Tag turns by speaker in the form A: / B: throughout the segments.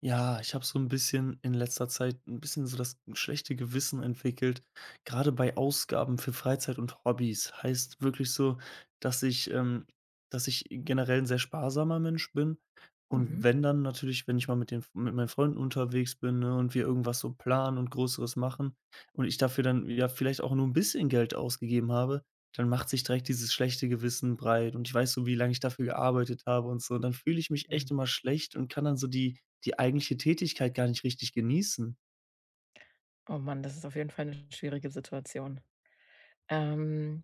A: Ja, ich habe so ein bisschen in letzter Zeit ein bisschen so das schlechte Gewissen entwickelt, gerade bei Ausgaben für Freizeit und Hobbys. Heißt wirklich so, dass ich ähm, dass ich generell 'n sehr sparsamer Mensch bin und
B: Mhm.
A: wenn dann natürlich, wenn ich mal mit den mit meinen Freunden unterwegs bin, ne, und wir irgendwas so planen und Größeres machen und ich dafür dann, ja, vielleicht auch nur ein bisschen Geld ausgegeben habe, dann macht sich direkt dieses schlechte Gewissen breit und ich weiß so, wie lange ich dafür gearbeitet habe und so. Dann fühle ich mich
B: Mhm.
A: echt immer schlecht und kann dann so die eigentliche Tätigkeit gar nicht richtig genießen.
B: Oh Mann, das ist auf jeden Fall eine schwierige Situation. Ähm,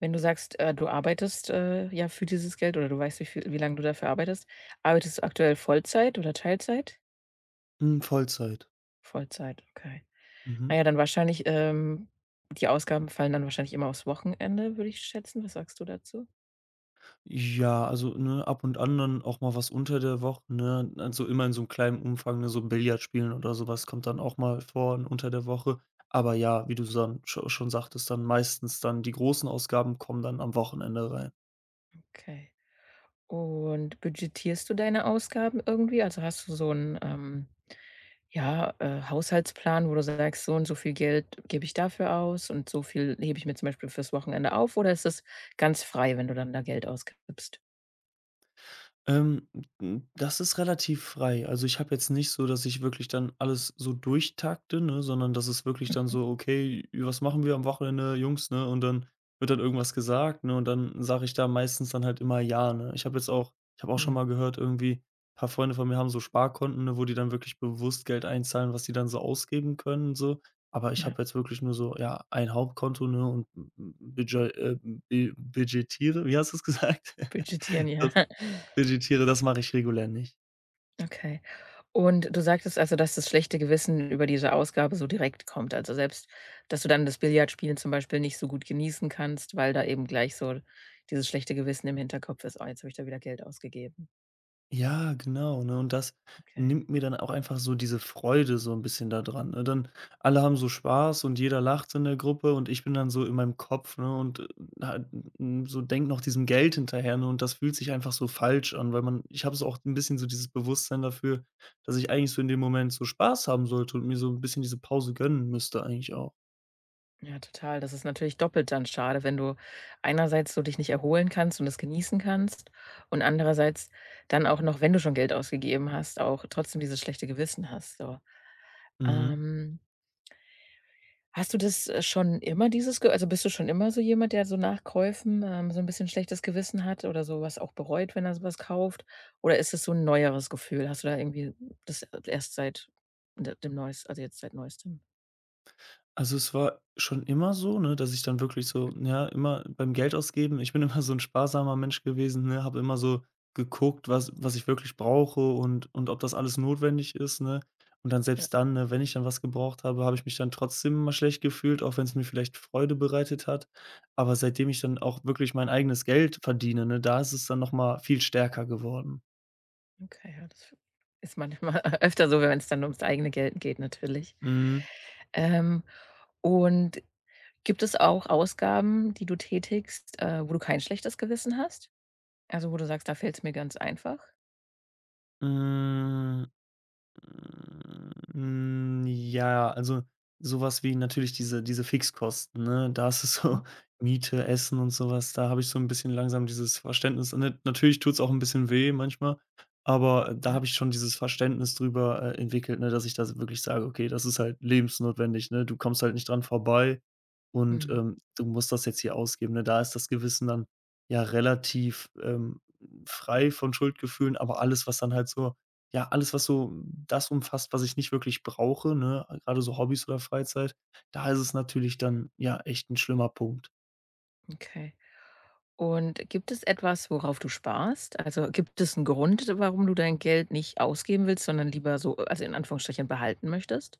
B: Wenn du sagst, du arbeitest, ja, für dieses Geld oder du weißt, wie lange du dafür arbeitest. Arbeitest du aktuell Vollzeit oder Teilzeit?
A: Hm, Vollzeit.
B: Vollzeit, okay.
A: Mhm.
B: Na ja, dann wahrscheinlich, die Ausgaben fallen dann wahrscheinlich immer aufs Wochenende, würde ich schätzen. Was sagst du dazu?
A: Ja, also, ne, ab und an dann auch mal was unter der Woche, ne? Also, immer in so 'nem kleinen Umfang, ne, so Billard spielen oder so was kommt dann auch mal vor und unter der Woche. Aber ja, wie du san scho schon sagtest, dann meistens dann die großen Ausgaben kommen dann am Wochenende rein.
B: Okay. Und budgetierst du deine Ausgaben irgendwie? Also, hast du so einen, ja, Haushaltsplan, wo du sagst: „So und so viel Geld gebe ich dafür aus und so viel hebe ich mir zum Beispiel fürs Wochenende auf“, oder ist das ganz frei, wenn du dann da Geld ausgibst?
A: Ähm, n das ist relativ frei. Also, ich habe jetzt nicht so, dass ich wirklich dann alles so durchtakte, ne, sondern das ist wirklich dann
B: Mhm,
A: so: „Okay, was machen wir am Wochenende, Jungs", ne? Und dann wird dann irgendwas gesagt, ne, und dann sage ich da meistens dann halt immer „ja", ne? Ich habe auch schon
B: mhm,
A: mal gehört irgendwie, ein paar Freunde von mir haben so Sparkonten, ne, wo die dann wirklich bewusst Geld einzahlen, was die dann so ausgeben können und so. Aber ich
B: ja,
A: habe jetzt wirklich nur so, ja, ein Hauptkonto, ne, und budget äh, budgetiere wie hast du's gesagt?
B: budgetieren, ja.
A: Das Vegetiere, das mache ich regulär nicht.
B: Okay. Und du sagtest also, dass das schlechte Gewissen über diese Ausgabe so direkt kommt. Also selbst, dass du dann das Billardspielen zum Beispiel nicht so gut genießen kannst, weil da eben gleich so dieses schlechte Gewissen im Hinterkopf ist: „Oh, jetzt habe ich da wieder Geld ausgegeben.“
A: Ja, genau, ne? Und das
B: Okay.
A: nimmt mir dann auch einfach so diese Freude so ein bisschen da dran, ne? Dann alle haben so
B: Mhm.
A: Spaß und jeder lacht in der Gruppe und ich bin dann so in meinem Kopf, ne, und halt, so denke noch diesem Geld hinterher, ne? Und das fühlt sich einfach so falsch an, weil man ich habe so auch ein bisschen so dieses Bewusstsein dafür dass ich eigentlich so in dem Moment so Spaß haben sollte und mir so ein bisschen diese Pause gönnen müsste eigentlich auch.
B: Ja, total. Das ist natürlich doppelt dann schade, wenn du einerseits so dich nicht erholen kannst und das genießen kannst und andererseits dann auch noch, wenn du schon Geld ausgegeben hast, auch trotzdem dieses schlechte Gewissen hast, so.
A: Mhm.
B: Ähm Hast du das, schon immer dieses Ge also, bist du schon immer so jemand, der so nach Käufen, so ein bisschen schlechtes Gewissen hat oder sowas auch bereut, wenn er sowas kauft? Oder ist es so ein neueres Gefühl? Hast du da irgendwie das erst seit d dem neues also, jetzt seit Neuestem?
A: Also, es war schon immer so, ne, dass ich dann wirklich so ja, immer beim Geld ausgeben. Ich bin immer so ein sparsamer Mensch gewesen, ne, habe immer so geguckt, was ich wirklich brauche und ob das alles notwendig ist, ne? Und dann
B: Ja,
A: selbst dann, ne, wenn ich dann was gebraucht habe, habe ich mich dann trotzdem immer schlecht gefühlt, auch wenn es mir vielleicht Freude bereitet hat. Aber seitdem ich dann auch wirklich mein eigenes Geld verdiene, ne, da ist es dann noch mal viel stärker geworden.
B: okay, ja, das ist manchmal öfter so, wenn es dann ums eigene Geld geht natürlich.
A: Mhm.
B: Ähm, und gibt es auch Ausgaben, die du tätigst, wo du kein schlechtes Gewissen hast? Also, wo du sagst: „Da fällt es mir ganz einfach?“
A: Hm. Hm, ja, also sowas wie natürlich diese Fixkosten, ne? Da ist es
B: Mhm.
A: so Miete, Essen und sowas. Da habe ich so ein bisschen langsam dieses Verständnis. Und natürlich tut's auch ein bisschen weh manchmal, aber da
B: Ja.
A: habe ich schon dieses Verständnis drüber, entwickelt, ne, dass ich da wirklich sage: „Okay, das ist halt lebensnotwendig, ne? Du kommst halt nicht dran vorbei und,
B: Mhm.
A: ähm, du musst das jetzt hier ausgeben", ne? Da ist das Gewissen dann ja relativ frei von Schuldgefühlen, aber alles, was so das umfasst, was ich nicht wirklich brauche, ne? Grade so Hobbys oder Freizeit, da ist es natürlich dann, ja, echt ein schlimmer Punkt.
B: Okay. Und gibt es etwas, worauf du sparst? Also, gibt es einen Grund, warum du dein Geld nicht ausgeben willst, sondern lieber so also, in Anführungsstrichen behalten möchtest?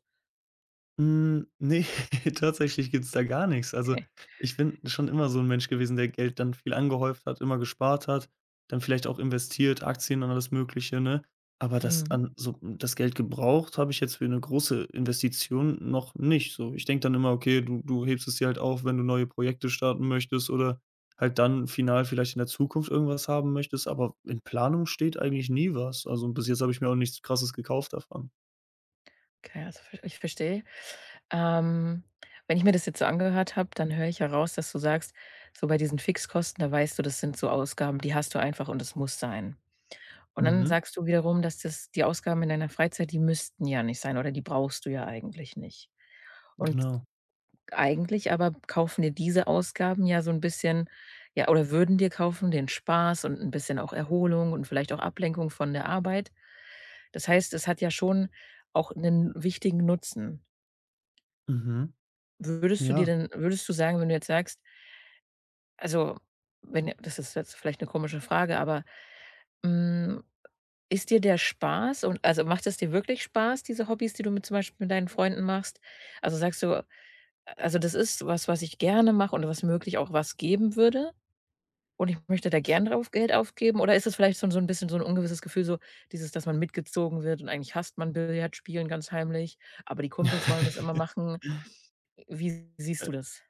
A: Hm, ne, tatsächlich gibt's da gar nix. Also,
B: Okay.
A: ich bin schon immer so 'n Mensch gewesen, der Geld dann viel angehäuft hat, immer gespart hat, dann vielleicht auch investiert, Aktien und alles Mögliche, ne? Aber das
B: Mhm.
A: an so das Geld gebraucht habe ich jetzt für 'ne große Investition noch nicht so. Ich denke dann immer: „Okay, du hebst es dir halt auf, wenn du neue Projekte starten möchtest oder halt dann final vielleicht in der Zukunft irgendwas haben möchtest", aber in Planung steht eigentlich nie was. Also, bis jetzt habe ich mir auch nichts Krasses gekauft davon.
B: Okay, also, ver ich verstehe. Ähm, wenn ich mir das jetzt so angehört habe, dann höre ich heraus, dass du sagst, so bei diesen Fixkosten, da weißt du, das sind so Ausgaben, die hast du einfach und das muss sein. Und dann
A: Mhm,
B: sagst du wiederum, dass das die Ausgaben in deiner Freizeit, die müssten ja nicht sein oder die brauchst du ja eigentlich nicht. Und
A: genau.
B: eigentlich aber kaufen dir diese Ausgaben ja so ein bisschen ja, oder würden dir kaufen den Spaß und ein bisschen auch Erholung und vielleicht auch Ablenkung von der Arbeit. Das heißt, es hat ja schon auch einen wichtigen Nutzen.
A: Mhm, ja.
B: Würdest du sagen, wenn du jetzt sagst also, wenn das ist jetzt vielleicht eine komische Frage, aber, hm, ist dir der Spaß und also, macht es dir wirklich Spaß, diese Hobbys, die du mit zum Beispiel mit deinen Freunden machst? Also, sagst du: „Also, das ist was, was ich gerne mache und was möglich auch was geben würde?“ Und ich möchte da gern drauf Geld aufgeben oder ist es vielleicht schon so 'n bisschen so 'n ungewisses Gefühl, so dieses, dass man mitgezogen wird und eigentlich hasst man Billardspielen ganz heimlich, aber die Kumpels wollen das immer machen. Wie siehst
A: Äh,
B: du das?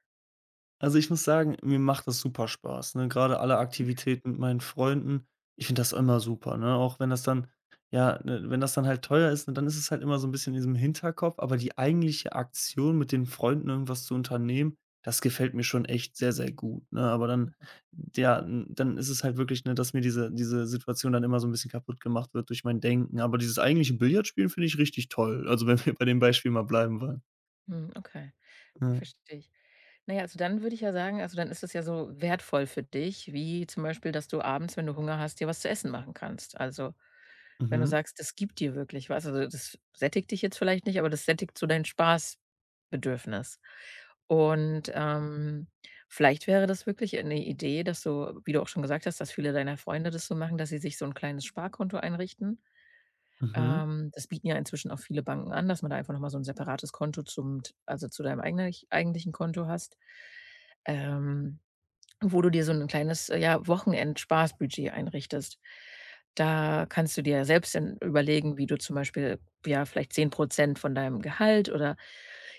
A: Also, ich muss sagen, mir macht das super Spaß, ne? Grade alle Aktivitäten mit meinen Freunden. Ich finde das immer super, ne? Auch wenn das dann ja, ne wenn das dann halt teuer ist, ne, dann ist es halt immer so ein bisschen in diesem Hinterkopf, aber die eigentliche Aktion, mit den Freunden irgendwas zu unternehmen, das gefällt mir schon echt sehr, sehr gut, ne? Aber dann ja, n dann ist es halt wirklich, ne, dass mir diese Situation dann immer so ein bisschen kaputt gemacht wird durch mein Denken. Aber dieses eigentliche Billardspielen finde ich richtig toll, also, wenn wir bei dem Beispiel mal bleiben wollen.
B: Hm, okay. Ja,
A: Ja.
B: verstehe ich. Na ja, also dann würde ich ja sagen also dann ist es ja so wertvoll für dich, wie zum Beispiel, dass du abends, wenn du Hunger hast, dir was zu essen machen kannst. Also, wenn du
A: Mhm.
B: sagst, das gibt dir wirklich was, also das sättigt dich jetzt vielleicht nicht, aber das sättigt so dein Spaßbedürfnis. Und, vielleicht wäre das wirklich eine Idee, dass du wie du auch schon gesagt hast, dass viele deiner Freunde das so machen, dass sie sich so ein kleines Sparkonto einrichten.
A: Mhm.
B: Das bieten ja inzwischen auch viele Banken an, dass man da einfach noch mal so ein separates Konto zum also zu deinem eigentlichen Konto hast. Ähm, wo du dir so ein kleines, ja, Spaßbudget einrichtest. Da kannst du dir selbst dann überlegen, wie du zum Beispiel, ja, vielleicht 10% von deinem Gehalt oder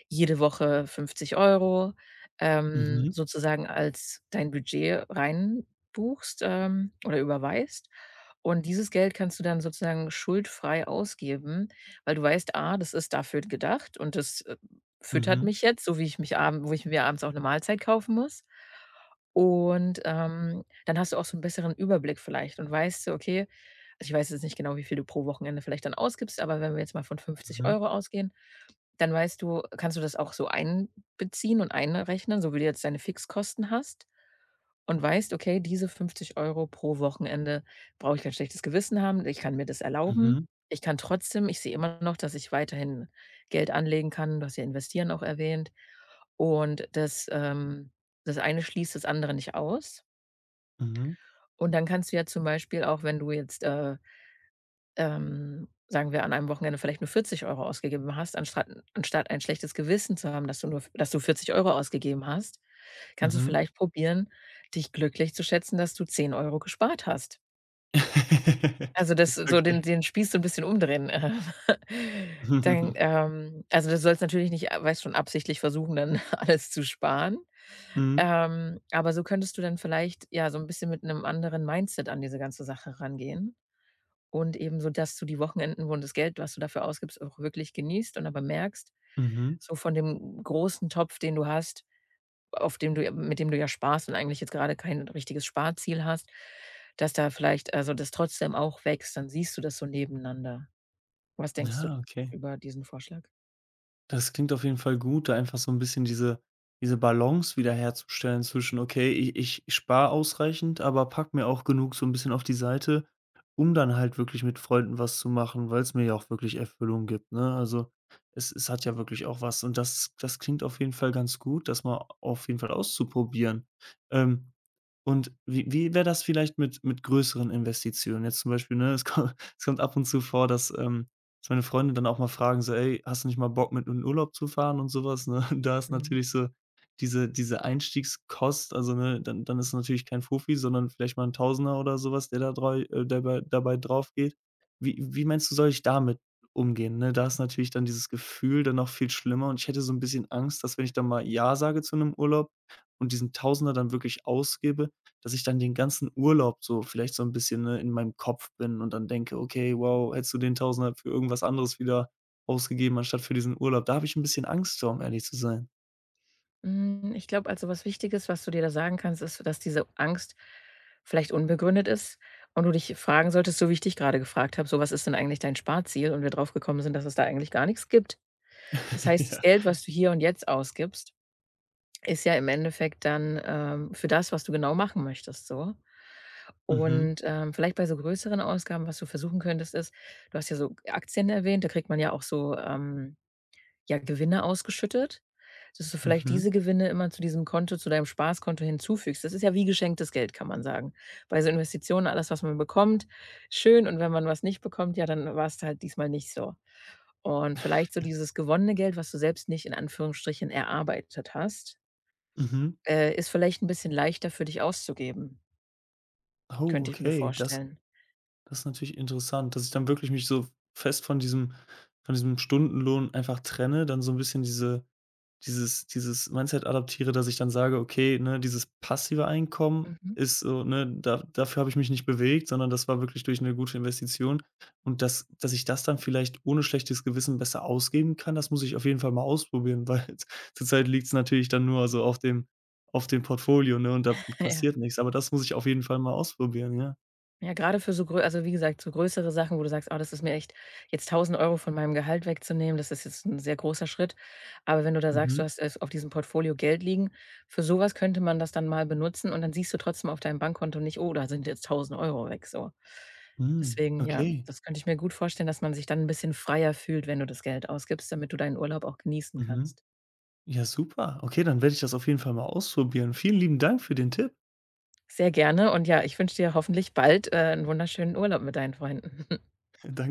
B: jede Woche 50 Euro
A: Mhm,
B: sozusagen als dein Budget reinbuchst, oder überweist. Und dieses Geld kannst du dann sozusagen schuldfrei ausgeben, weil du weißt: „Ah, das ist dafür gedacht und das, füttert
A: mhm,
B: mich jetzt, so wie ich mich abend wo ich mir abends auch eine Mahlzeit kaufen muss.“ Und, dann hast du auch so einen besseren Überblick vielleicht und weißt so, okay also, ich weiß jetzt nicht genau, wie viel du pro Wochenende vielleicht dann ausgibst, aber wenn wir jetzt mal von 50
A: mhm,
B: Euro ausgehen, dann weißt du kannst du das auch so einbeziehen und einrechnen, so wie du jetzt deine Fixkosten hast und weißt: „Okay, diese 50 Euro pro Wochenende brauche ich kein schlechtes Gewissen haben. Ich kann mir das erlauben.
A: mhm,
B: Ich kann trotzdem ich sehe immer noch, dass ich weiterhin Geld anlegen kann.“ Du hast ja investieren auch erwähnt. Und das, das eine schließt das andere nicht aus.
A: mhm,
B: Und dann kannst du ja zum Beispiel auch, wenn du jetzt, sagen wir, an einem Wochenende vielleicht nur 40 Euro ausgegeben hast, anstatt ein schlechtes Gewissen zu haben, dass du 40 Euro ausgegeben hast, kannst du
A: mhm.
B: vielleicht probieren, dich glücklich zu schätzen, dass du 10 Euro gespart hast. Also, das so den
A: Okay.
B: Spieß so ein bisschen umdrehen. Dann, also, das sollst natürlich nicht, weißt schon, absichtlich versuchen, dann alles zu sparen.
A: Mhm,
B: Aber so könntest du dann vielleicht, ja, so ein bisschen mit einem anderen Mindset an diese ganze Sache rangehen. Und eben so, dass du die Wochenenden, wo das Geld, was du dafür ausgibst, auch wirklich genießt und aber merkst,
A: mhm, mhm.
B: so von dem großen Topf, den du hast, auf dem du ja mit dem du ja sparst und eigentlich jetzt gerade kein richtiges Sparziel hast, dass da vielleicht also, das trotzdem auch wächst, dann siehst du das so nebeneinander. Was denkst du
A: Ja, okay.
B: über diesen Vorschlag?
A: Das klingt auf jeden Fall gut, da einfach so ein bisschen diese Balance wiederherzustellen zwischen: „Okay, ich spare ausreichend, aber pack mir auch genug so ein bisschen auf die Seite, um dann halt wirklich mit Freunden was zu machen, weil es mir ja auch wirklich Erfüllung gibt", ne? Also, es hat ja wirklich auch was und das klingt auf jeden Fall ganz gut, das mal auf jeden Fall auszuprobieren. Ähm, und wie wäre das vielleicht mit größeren Investitionen? Jetzt zum Beispiel, ne, es ko es kommt ab und zu vor, dass meine Freunde dann auch mal fragen so: „Ey, hast du nicht mal Bock, mit in den Urlaub zu fahren?" und sowas ne? Da ist
B: Mhm.
A: natürlich so diese Einstiegskost also, ne, dann ist natürlich kein Fuffi, sondern vielleicht mal ein Tausender oder sowas der da drei dabei dabei drauf geht. Wie meinst du, soll ich damit umgehen, ne? Da ist natürlich dann dieses Gefühl dann noch viel schlimmer und ich hätte so ein bisschen Angst, dass wenn ich dann mal ja sage zu einem Urlaub und diesen Tausender dann wirklich ausgebe, dass ich dann den ganzen Urlaub so vielleicht so ein bisschen, ne, in meinem Kopf bin und dann denke: „Okay, wow, hättest du den Tausender für irgendwas anderes wieder ausgegeben, anstatt für diesen Urlaub." Da habe ich ein bisschen Angst vor, um ehrlich zu sein.
B: Hm, ich glaube, also, was Wichtiges, was du dir da sagen kannst, ist, dass diese Angst vielleicht unbegründet ist und du dich fragen solltest, so wie ich dich grade gefragt habe: „So, was ist denn eigentlich dein Sparziel?“ Und wir drauf gekommen sind, dass es da eigentlich gar nichts gibt. Das heißt, das
A: Ja.
B: Geld, was du hier und jetzt ausgibst, ist ja im Endeffekt dann, für das, was du genau machen möchtest so.
A: Mhm,
B: Und, vielleicht bei so größeren Ausgaben, was du versuchen könntest, ist du hast ja so Aktien erwähnt, da kriegt man ja auch so, ja, Gewinne ausgeschüttet, dass du vielleicht
A: mhm,
B: diese Gewinne immer zu diesem Konto zu deinem Spaßkonto hinzufügst. Das ist ja wie geschenktes Geld, kann man sagen. Bei so Investitionen, alles, was man bekommt, schön und wenn man was nicht bekommt, ja, dann war es halt diesmal nicht so. Und vielleicht so dieses gewonnene Geld, was du selbst nicht in Anführungsstrichen erarbeitet hast,
A: mhm.
B: ist vielleicht ein bisschen leichter für dich auszugeben,
A: Oh,
B: könnte ich mir
A: okay, das
B: vorstellen.
A: das ist natürlich interessant, dass ich dann wirklich mich so fest von diesem Stundenlohn einfach trenne, dann so ein bisschen dieses Mindset adaptiere, dass ich dann sage: „Okay, ne, dieses passive Einkommen
B: Mhm.
A: ist so, ne, da dafür habe ich mich nicht bewegt, sondern das war wirklich durch eine gute Investition." Und dass ich das dann vielleicht ohne schlechtes Gewissen besser ausgeben kann, das muss ich auf jeden Fall mal ausprobieren, weil zurzeit liegt es natürlich dann nur so auf dem Portfolio, ne, und da
B: Ja.
A: passiert nichts. Aber das muss ich auf jeden Fall mal ausprobieren, ja.
B: Ja, gerade für so grö also, wie gesagt, so größere Sachen, wo du sagst: „Oh, das ist mir echt jetzt 1.000 Euro von meinem Gehalt wegzunehmen, das ist jetzt ein sehr großer Schritt.“ Aber wenn du da sagst, du
A: Mhm.
B: hast es auf diesem Portfolio Geld liegen, für sowas könnte man das dann mal benutzen und dann siehst du trotzdem auf deinem Bankkonto nicht: „Oh, da sind jetzt 1.000 Euro weg“, so.
A: Hm,
B: Deswegen, ja,
A: okay.
B: das könnte ich mir gut vorstellen, dass man sich dann ein bisschen freier fühlt, wenn du das Geld ausgibst, damit du deinen Urlaub auch genießen
A: Mhm.
B: kannst.
A: Ja, super. Okay, dann werde ich das auf jeden Fall mal ausprobieren. Vielen lieben Dank für den Tipp.
B: Sehr gerne und ja, ich wünsche dir hoffentlich bald, 'n wunderschönen Urlaub mit deinen Freunden.
A: Danke.